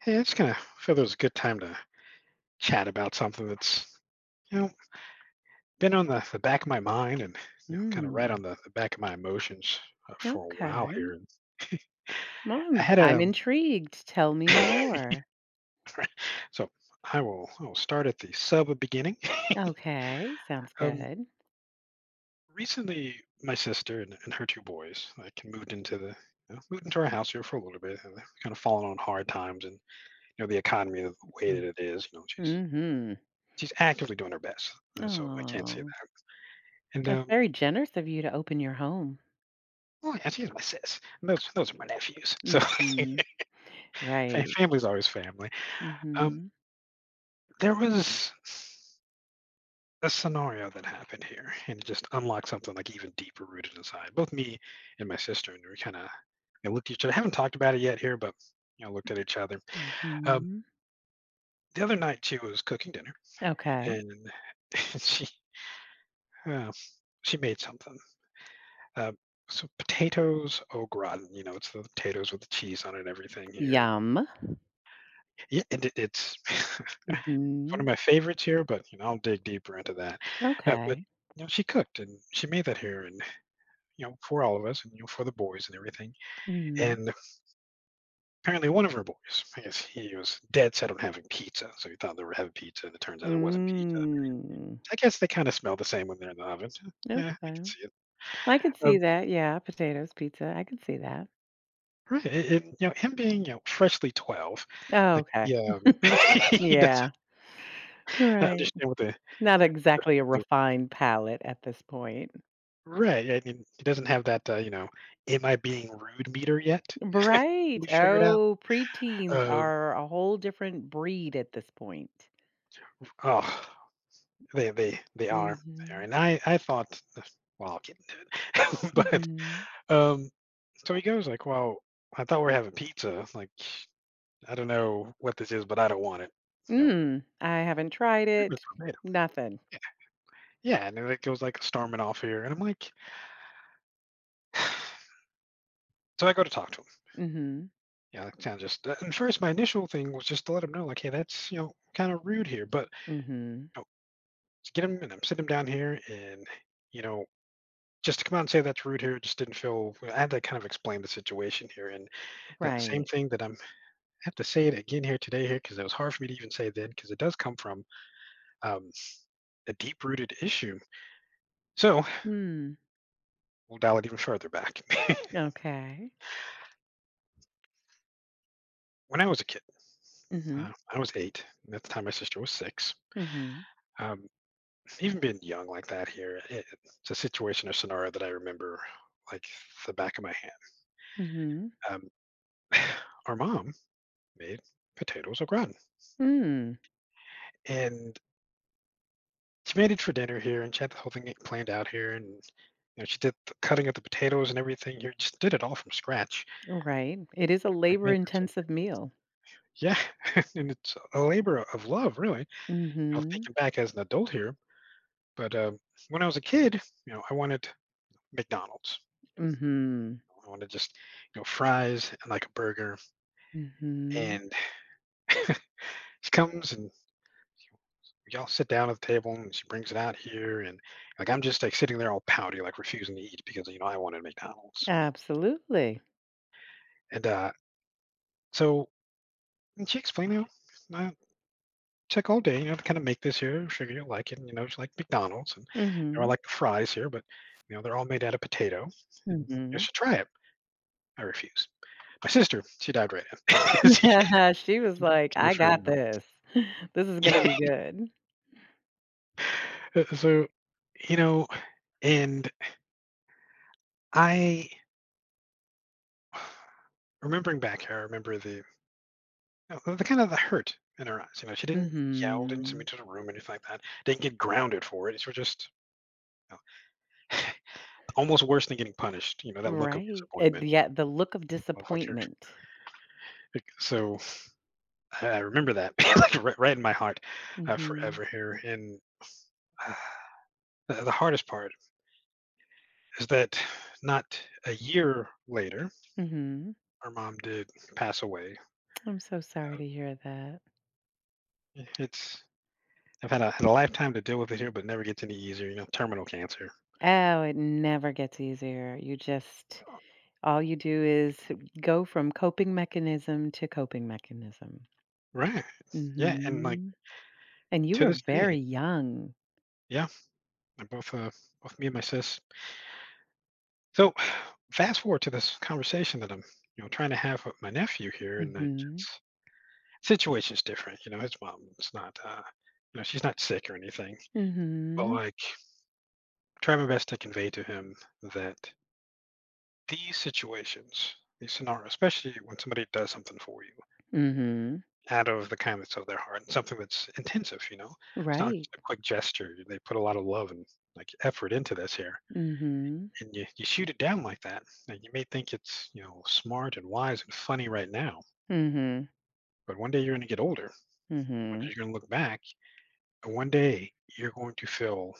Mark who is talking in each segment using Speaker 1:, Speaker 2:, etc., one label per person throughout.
Speaker 1: Hey, I just kind of feel there's a good time to chat about something that's you know been on the back of my mind and kind of right
Speaker 2: Mm,
Speaker 1: on the back of my emotions for a while
Speaker 2: okay.
Speaker 1: here.
Speaker 2: Well,
Speaker 1: I
Speaker 2: I'm
Speaker 1: had
Speaker 2: I'm
Speaker 1: a
Speaker 2: intrigued. Tell me more.
Speaker 1: so I will start at the sub beginning.
Speaker 2: Okay, sounds
Speaker 1: Um,
Speaker 2: good.
Speaker 1: Recently, my sister and her two boys like moved into the you know, moved into our house here for a little bit, and they've kind of fallen on hard times and the economy the way
Speaker 2: Mm,
Speaker 1: that it is. You know, she's
Speaker 2: mhm.
Speaker 1: she's actively doing her best, so I can't say
Speaker 2: Oh,
Speaker 1: that. And
Speaker 2: that's very generous of you to open your home.
Speaker 1: oh, yeah, she's my sis, and those are my nephews. So,
Speaker 2: Mhm.
Speaker 1: fa
Speaker 2: Right.
Speaker 1: family's always family. Um,
Speaker 2: Mhm.
Speaker 1: there was a scenario that happened here, and it just unlocked something, like, even deeper rooted inside. Both me and my sister, and we looked at each other. I haven't talked about it yet here, but, looked at each other. Um,
Speaker 2: Mhm.
Speaker 1: the other night, she was cooking dinner,
Speaker 2: Okay.
Speaker 1: and she, uh, she made something. Uh, so potatoes au gratin, it's the potatoes with the cheese on it and everything here, and
Speaker 2: Yum.
Speaker 1: yeah, and it's one of
Speaker 2: Mhm.
Speaker 1: my favorites here, but I'll dig deeper into that. But
Speaker 2: Okay.
Speaker 1: she cooked and she made that here, and for all of us, and for the boys and everything.
Speaker 2: Mhm.
Speaker 1: And apparently, one of her boys, I guess he was dead set on having pizza, so he thought they were having pizza, and it turns out it wasn't pizza.
Speaker 2: Mm.
Speaker 1: I guess they kind of smell the same when they're in the oven. Eh, eh, I can
Speaker 2: Okay.
Speaker 1: see it.
Speaker 2: I could see
Speaker 1: Um,
Speaker 2: that. Yeah, potatoes, pizza. I could see that.
Speaker 1: right, and, him being freshly 12,
Speaker 2: Oh,
Speaker 1: like
Speaker 2: okay.
Speaker 1: yeah, he he
Speaker 2: Yeah.
Speaker 1: doesn't
Speaker 2: Right.
Speaker 1: understand what the
Speaker 2: Not exactly a
Speaker 1: the-
Speaker 2: refined palate at this point.
Speaker 1: Right. I mean, he doesn't have that, am I being rude meter yet?
Speaker 2: Right.
Speaker 1: We figured out.
Speaker 2: Oh, preteens
Speaker 1: Uh,
Speaker 2: are a whole different breed at this point.
Speaker 1: oh, they are there,
Speaker 2: Mhm.
Speaker 1: and I thought, well, I'll get into it,
Speaker 2: Mhm.
Speaker 1: but so he goes like, well, I thought we were having pizza. Like, I don't know what this is, but I don't want it. You know,
Speaker 2: Mm, I haven't tried
Speaker 1: pretty
Speaker 2: it.
Speaker 1: verbatim.
Speaker 2: Nothing.
Speaker 1: Yeah, yeah, and it goes like storming off here, and I'm like. So I go to talk to him.
Speaker 2: Mhm.
Speaker 1: Yeah, that sounds just. And first, my initial thing was just to let him know, like, hey, that's kind of rude here, but
Speaker 2: Mhm.
Speaker 1: you know, let's get him and I'm sit him down here, and you know just to come out and say that's rude here, it just didn't feel I had to kind of explain the situation here, and that same
Speaker 2: Right.
Speaker 1: thing that I have to say it again here today here because it was hard for me to even say then because it does come from, um, a deep-rooted issue. So,
Speaker 2: Mm.
Speaker 1: we'll dial it even further back.
Speaker 2: Okay.
Speaker 1: When I was a kid,
Speaker 2: Mhm.
Speaker 1: I was 8, and at the time my sister was 6.
Speaker 2: Mhm.
Speaker 1: Um, Even being young like that here, it's a situation or scenario that I remember like the back of my hand.
Speaker 2: Mhm.
Speaker 1: Um, our mom made potatoes au gratin,
Speaker 2: Mm.
Speaker 1: and she made it for dinner here, and she had the whole thing planned out here, and, she did the cutting of the potatoes and everything here, just did it all from scratch.
Speaker 2: Right. It is a
Speaker 1: Like, made this like
Speaker 2: labor-intensive meal.
Speaker 1: yeah, and it's a labor of love, really. I'm
Speaker 2: Mhm.
Speaker 1: thinking back as an adult here, but, when I was a kid, you know, I wanted McDonald's.
Speaker 2: Mhm.
Speaker 1: I wanted just, you know, fries and, like, a burger,
Speaker 2: Mhm.
Speaker 1: and she comes and we all sit down at the table, and she brings it out here, and, like, I'm just, like, sitting there all pouty, like, refusing to eat because, you know, I wanted McDonald's,
Speaker 2: Absolutely.
Speaker 1: and, so and she explained, you know, I took all day, to kind of make this here. Sugar, you'll like it. And, you know, it's like McDonald's. And, you know, I
Speaker 2: Mhm.
Speaker 1: like the fries here, but, you know, they're all made out of potato. And I
Speaker 2: Mhm.
Speaker 1: should try it. I refused. My sister, she died right in. she,
Speaker 2: She was like,
Speaker 1: she
Speaker 2: "I
Speaker 1: was sure
Speaker 2: got
Speaker 1: enough.
Speaker 2: this. This is
Speaker 1: Yeah.
Speaker 2: gonna be good."
Speaker 1: So, you know, and I, remembering back here, I remember the kind of the hurt in her eyes. You know, she didn't yell, didn't send me
Speaker 2: Mhm.
Speaker 1: to the room, anything like that. Didn't get grounded for it. She was just, almost worse than getting punished. You know that look of
Speaker 2: Right, and
Speaker 1: disappointment.
Speaker 2: yeah, the look of
Speaker 1: Of like you're,
Speaker 2: disappointment.
Speaker 1: like, so I remember that like right, right in my heart
Speaker 2: Mhm,
Speaker 1: forever here. And uh, the hardest part is that not a year later,
Speaker 2: mhm.
Speaker 1: our mom did pass away.
Speaker 2: I'm so sorry to hear that.
Speaker 1: It's I've had a lifetime to deal with it here, but it never gets any easier. You know, terminal cancer.
Speaker 2: Oh, it never gets easier. You just all you do is go from coping mechanism to coping mechanism.
Speaker 1: Right. Yeah, and like
Speaker 2: Mhm, and you
Speaker 1: to
Speaker 2: were
Speaker 1: this day,
Speaker 2: very young.
Speaker 1: yeah, and both both me and my sis. So fast forward to this conversation that I'm trying to have with my nephew here, and like
Speaker 2: Mhm,
Speaker 1: it's situation's different, you know, his mom is not, you know, she's not sick or anything, but,
Speaker 2: mhm,
Speaker 1: like, try my best to convey to him that these situations, these scenarios, especially when somebody does something for you
Speaker 2: mhm.
Speaker 1: out of the kindness of their heart and something that's intensive, you know? It's not
Speaker 2: Right.
Speaker 1: just a quick gesture, they put a lot of love and, like, effort into this here,
Speaker 2: Mhm,
Speaker 1: and you shoot it down like that, and you may think it's, you know, smart and wise and funny right now,
Speaker 2: mhm,
Speaker 1: but one day you're gonna get older, one day
Speaker 2: mhm.
Speaker 1: you're gonna look back, and one day you're going to feel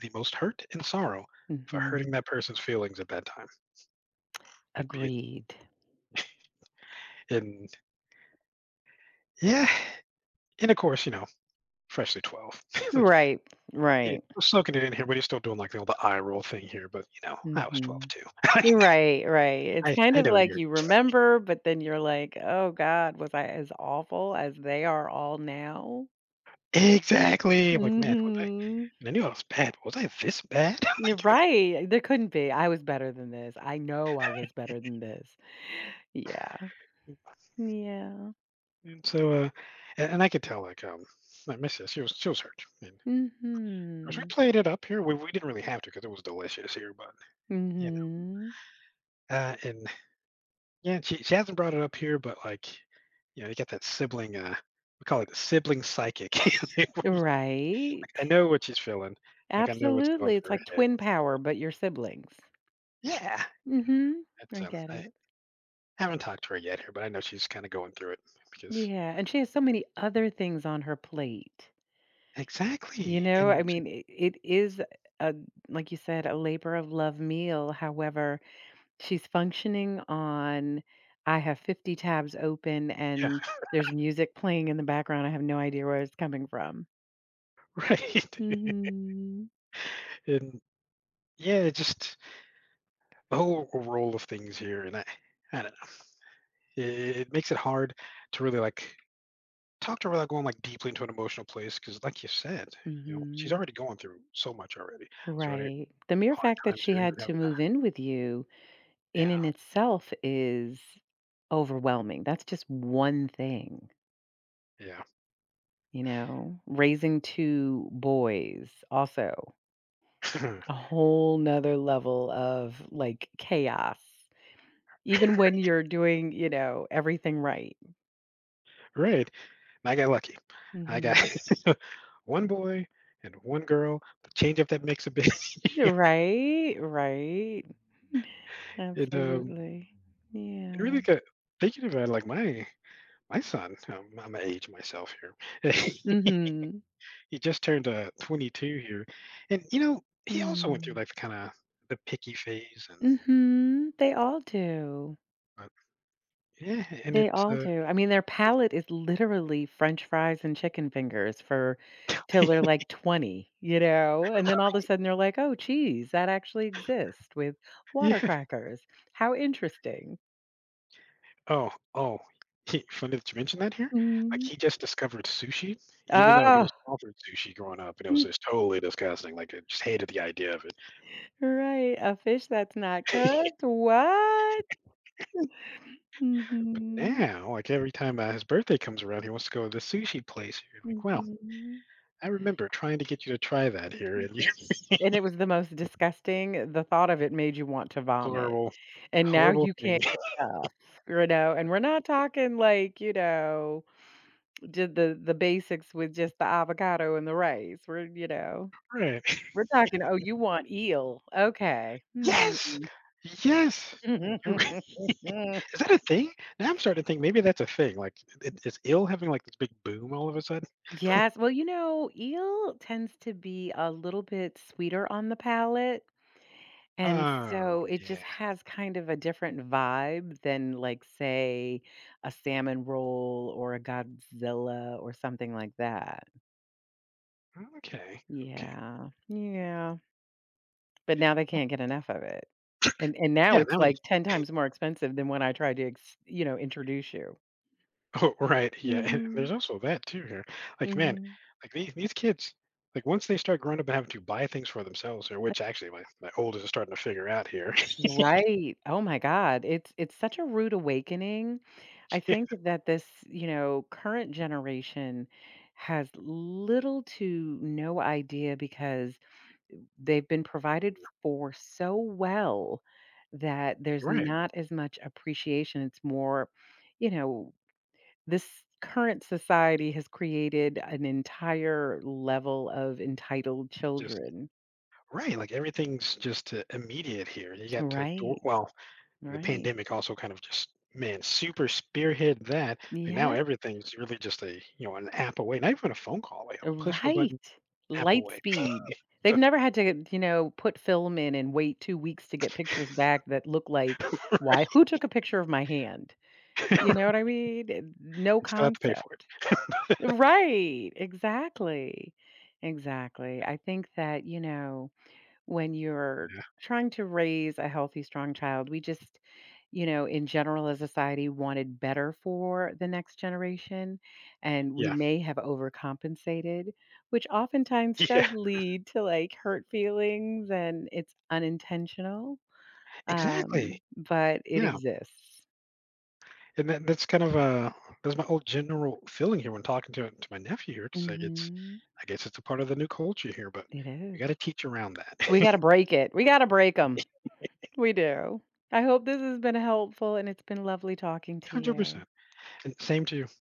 Speaker 1: the most hurt and sorrow for hurting
Speaker 2: Mhm.
Speaker 1: that person's feelings at that time. Like be it
Speaker 2: Agreed.
Speaker 1: in yeah, and of course, you know, freshly 12. like
Speaker 2: Right,
Speaker 1: yeah,
Speaker 2: right.
Speaker 1: we're soaking it in here, but he's still doing like the, all the eye roll thing here, but you know, I was 12
Speaker 2: Mhm.
Speaker 1: too.
Speaker 2: Right, right. It's
Speaker 1: I,
Speaker 2: kind
Speaker 1: I
Speaker 2: of
Speaker 1: know
Speaker 2: like
Speaker 1: you're
Speaker 2: you remember, but then you're like, "Oh god, was I as awful as they are all now?"
Speaker 1: exactly I'm like man, was I,
Speaker 2: Mhm.
Speaker 1: and I knew I was bad, but was I this bad?
Speaker 2: You're right, there couldn't be. I was better than this. I know I was better than this. Yeah. Yeah.
Speaker 1: and so and I could tell like, my missus, she was hurt. And of course we
Speaker 2: Mhm.
Speaker 1: played it up here. We didn't really have to because it was delicious here, but you
Speaker 2: Mhm.
Speaker 1: know. And yeah, and she hasn't brought it up here, but, like, you know, you got that sibling, we call it the sibling psychic.
Speaker 2: Right.
Speaker 1: Like, I know what she's feeling. Like, I know what's going
Speaker 2: Absolutely. It's
Speaker 1: through her
Speaker 2: like
Speaker 1: head.
Speaker 2: twin power, but your siblings.
Speaker 1: Yeah,
Speaker 2: Mhm.
Speaker 1: that's,
Speaker 2: I get
Speaker 1: I
Speaker 2: it.
Speaker 1: haven't talked to her yet here, but I know she's kinda going through it because
Speaker 2: Yeah, and she has so many other things on her plate. You
Speaker 1: exactly,
Speaker 2: know, I
Speaker 1: and
Speaker 2: mean, it is a like you said, a labor of love meal. However, she's functioning on I have 50 tabs open
Speaker 1: yeah,
Speaker 2: and there's music playing in the background. I have no idea where it's coming from.
Speaker 1: right.
Speaker 2: Hmm.
Speaker 1: And, yeah, just the whole roll of things here, and I don't know. It makes it hard to really, like, talk to her without going like deeply into an emotional place because like you said she's
Speaker 2: Hmm.
Speaker 1: already going through so much already. It's already
Speaker 2: Right. The mere
Speaker 1: hard
Speaker 2: fact that
Speaker 1: times
Speaker 2: she
Speaker 1: here even
Speaker 2: had to
Speaker 1: having
Speaker 2: move in with you in and
Speaker 1: that.
Speaker 2: itself is overwhelming. That's just one thing.
Speaker 1: Yeah,
Speaker 2: You know, raising two boys, also
Speaker 1: yeah,
Speaker 2: a whole 'nother level of, like, chaos, even when you're doing, you know, everything right.
Speaker 1: right, and I got lucky. I got
Speaker 2: Mhm.
Speaker 1: one boy and one girl, the change up that makes a bit.
Speaker 2: Right, right.
Speaker 1: And
Speaker 2: Absolutely.
Speaker 1: and
Speaker 2: Yeah.
Speaker 1: really got thinking about like my son, I'm an age myself here.
Speaker 2: Mm. Mhm.
Speaker 1: He just turned 22 here, and you know he also went through
Speaker 2: Mm.
Speaker 1: like the kind of the picky phase. And
Speaker 2: Mhm. They all do.
Speaker 1: yeah, and
Speaker 2: They
Speaker 1: it's,
Speaker 2: all do. I mean, their palate is literally french fries and chicken fingers for till they're, like, 20, you know? And then all of a sudden, they're like, "Oh, cheese, that actually exists with water
Speaker 1: yeah.
Speaker 2: crackers. How interesting."
Speaker 1: Oh, oh, he funny that you mentioned that here. Like,
Speaker 2: Mhm.
Speaker 1: he just discovered sushi, even though he
Speaker 2: Oh,
Speaker 1: was offered sushi growing up, and it was just totally disgusting, like, I just hated the idea of it.
Speaker 2: right, a fish that's not cooked? What?
Speaker 1: But
Speaker 2: Mhm,
Speaker 1: now, like, every time, his birthday comes around, he wants to go to the sushi place here, like,
Speaker 2: mhm,
Speaker 1: "Wow,
Speaker 2: mm.
Speaker 1: I remember trying to get you to try that here, and you"
Speaker 2: And it was the most disgusting the thought of it made you want to vomit.
Speaker 1: horrible,
Speaker 2: And now
Speaker 1: horrible
Speaker 2: you
Speaker 1: thing.
Speaker 2: can't get enough, you know, and we're not talking like, you know, did the basics with just the avocado and the rice. We're, you know,
Speaker 1: Right.
Speaker 2: we're talking, "Oh, you want eel. Okay. Hmm."
Speaker 1: Yes! Yes! And you're right. Is that a thing? Now I'm starting to think maybe that's a thing, like, I is ill having, like, this big boom all of a sudden?
Speaker 2: Yes, well, you know, eel tends to be a little bit sweeter on the palate, and
Speaker 1: Oh,
Speaker 2: so it
Speaker 1: yeah.
Speaker 2: just has kind of a different vibe than, like, say, a salmon roll or a Godzilla or something like that.
Speaker 1: Okay. Okay.
Speaker 2: Yeah, yeah, but now they can't get enough of it, and now
Speaker 1: Yeah,
Speaker 2: it's
Speaker 1: now we
Speaker 2: like 10 times more expensive than when I tried to ex you know, introduce you.
Speaker 1: oh, right, yeah.
Speaker 2: Mhm,
Speaker 1: There's also that too here. Like, man,
Speaker 2: mhm.
Speaker 1: like these kids, like once they start growing up and having to buy things for themselves, or
Speaker 2: That's
Speaker 1: which actually my oldest is starting to figure out here.
Speaker 2: right, oh my god, it's such a rude awakening. I
Speaker 1: Yeah,
Speaker 2: think that this, you know, current generation has little to no idea because they've been provided for so well that there's
Speaker 1: right.
Speaker 2: not as much appreciation, it's more, you know, this current society has created an entire level of entitled
Speaker 1: Just
Speaker 2: children.
Speaker 1: right. Like everything's just immediate here. You got to door
Speaker 2: Right,
Speaker 1: well, the
Speaker 2: right.
Speaker 1: pandemic also kind of just man, super spearhead that. Like now
Speaker 2: Yeah,
Speaker 1: everything's really just a you know, an app away, not even a phone call away, a push of a
Speaker 2: right.
Speaker 1: button app
Speaker 2: Light
Speaker 1: away.
Speaker 2: speed.
Speaker 1: So
Speaker 2: They've never had to, you know, put film in and wait two weeks to get pictures back that look like, "Why who took a picture of my hand?"
Speaker 1: and
Speaker 2: You know what I mean? Eh, no
Speaker 1: still have to pay for it.
Speaker 2: concept. Right, exactly, exactly. I think that, you know, when you're
Speaker 1: Yeah.
Speaker 2: trying to raise a healthy, strong child, we just, you know, in general as a society wanted better for the next generation. And we
Speaker 1: Yeah.
Speaker 2: may have overcompensated, which oftentimes
Speaker 1: Yeah.
Speaker 2: does lead to like hurt feelings and it's unintentional.
Speaker 1: Exactly.
Speaker 2: But it
Speaker 1: Yeah.
Speaker 2: exists.
Speaker 1: And that's kind of, that's my old general feeling here when talking to my nephew here. It's like it's
Speaker 2: Mhm.
Speaker 1: I guess it's a part of the new culture here, but
Speaker 2: It
Speaker 1: we
Speaker 2: is.
Speaker 1: gotta teach around
Speaker 2: We got
Speaker 1: that.
Speaker 2: to break it. We got to break them. We do. I hope this has been helpful and it's been lovely talking to you.
Speaker 1: 100%. And same to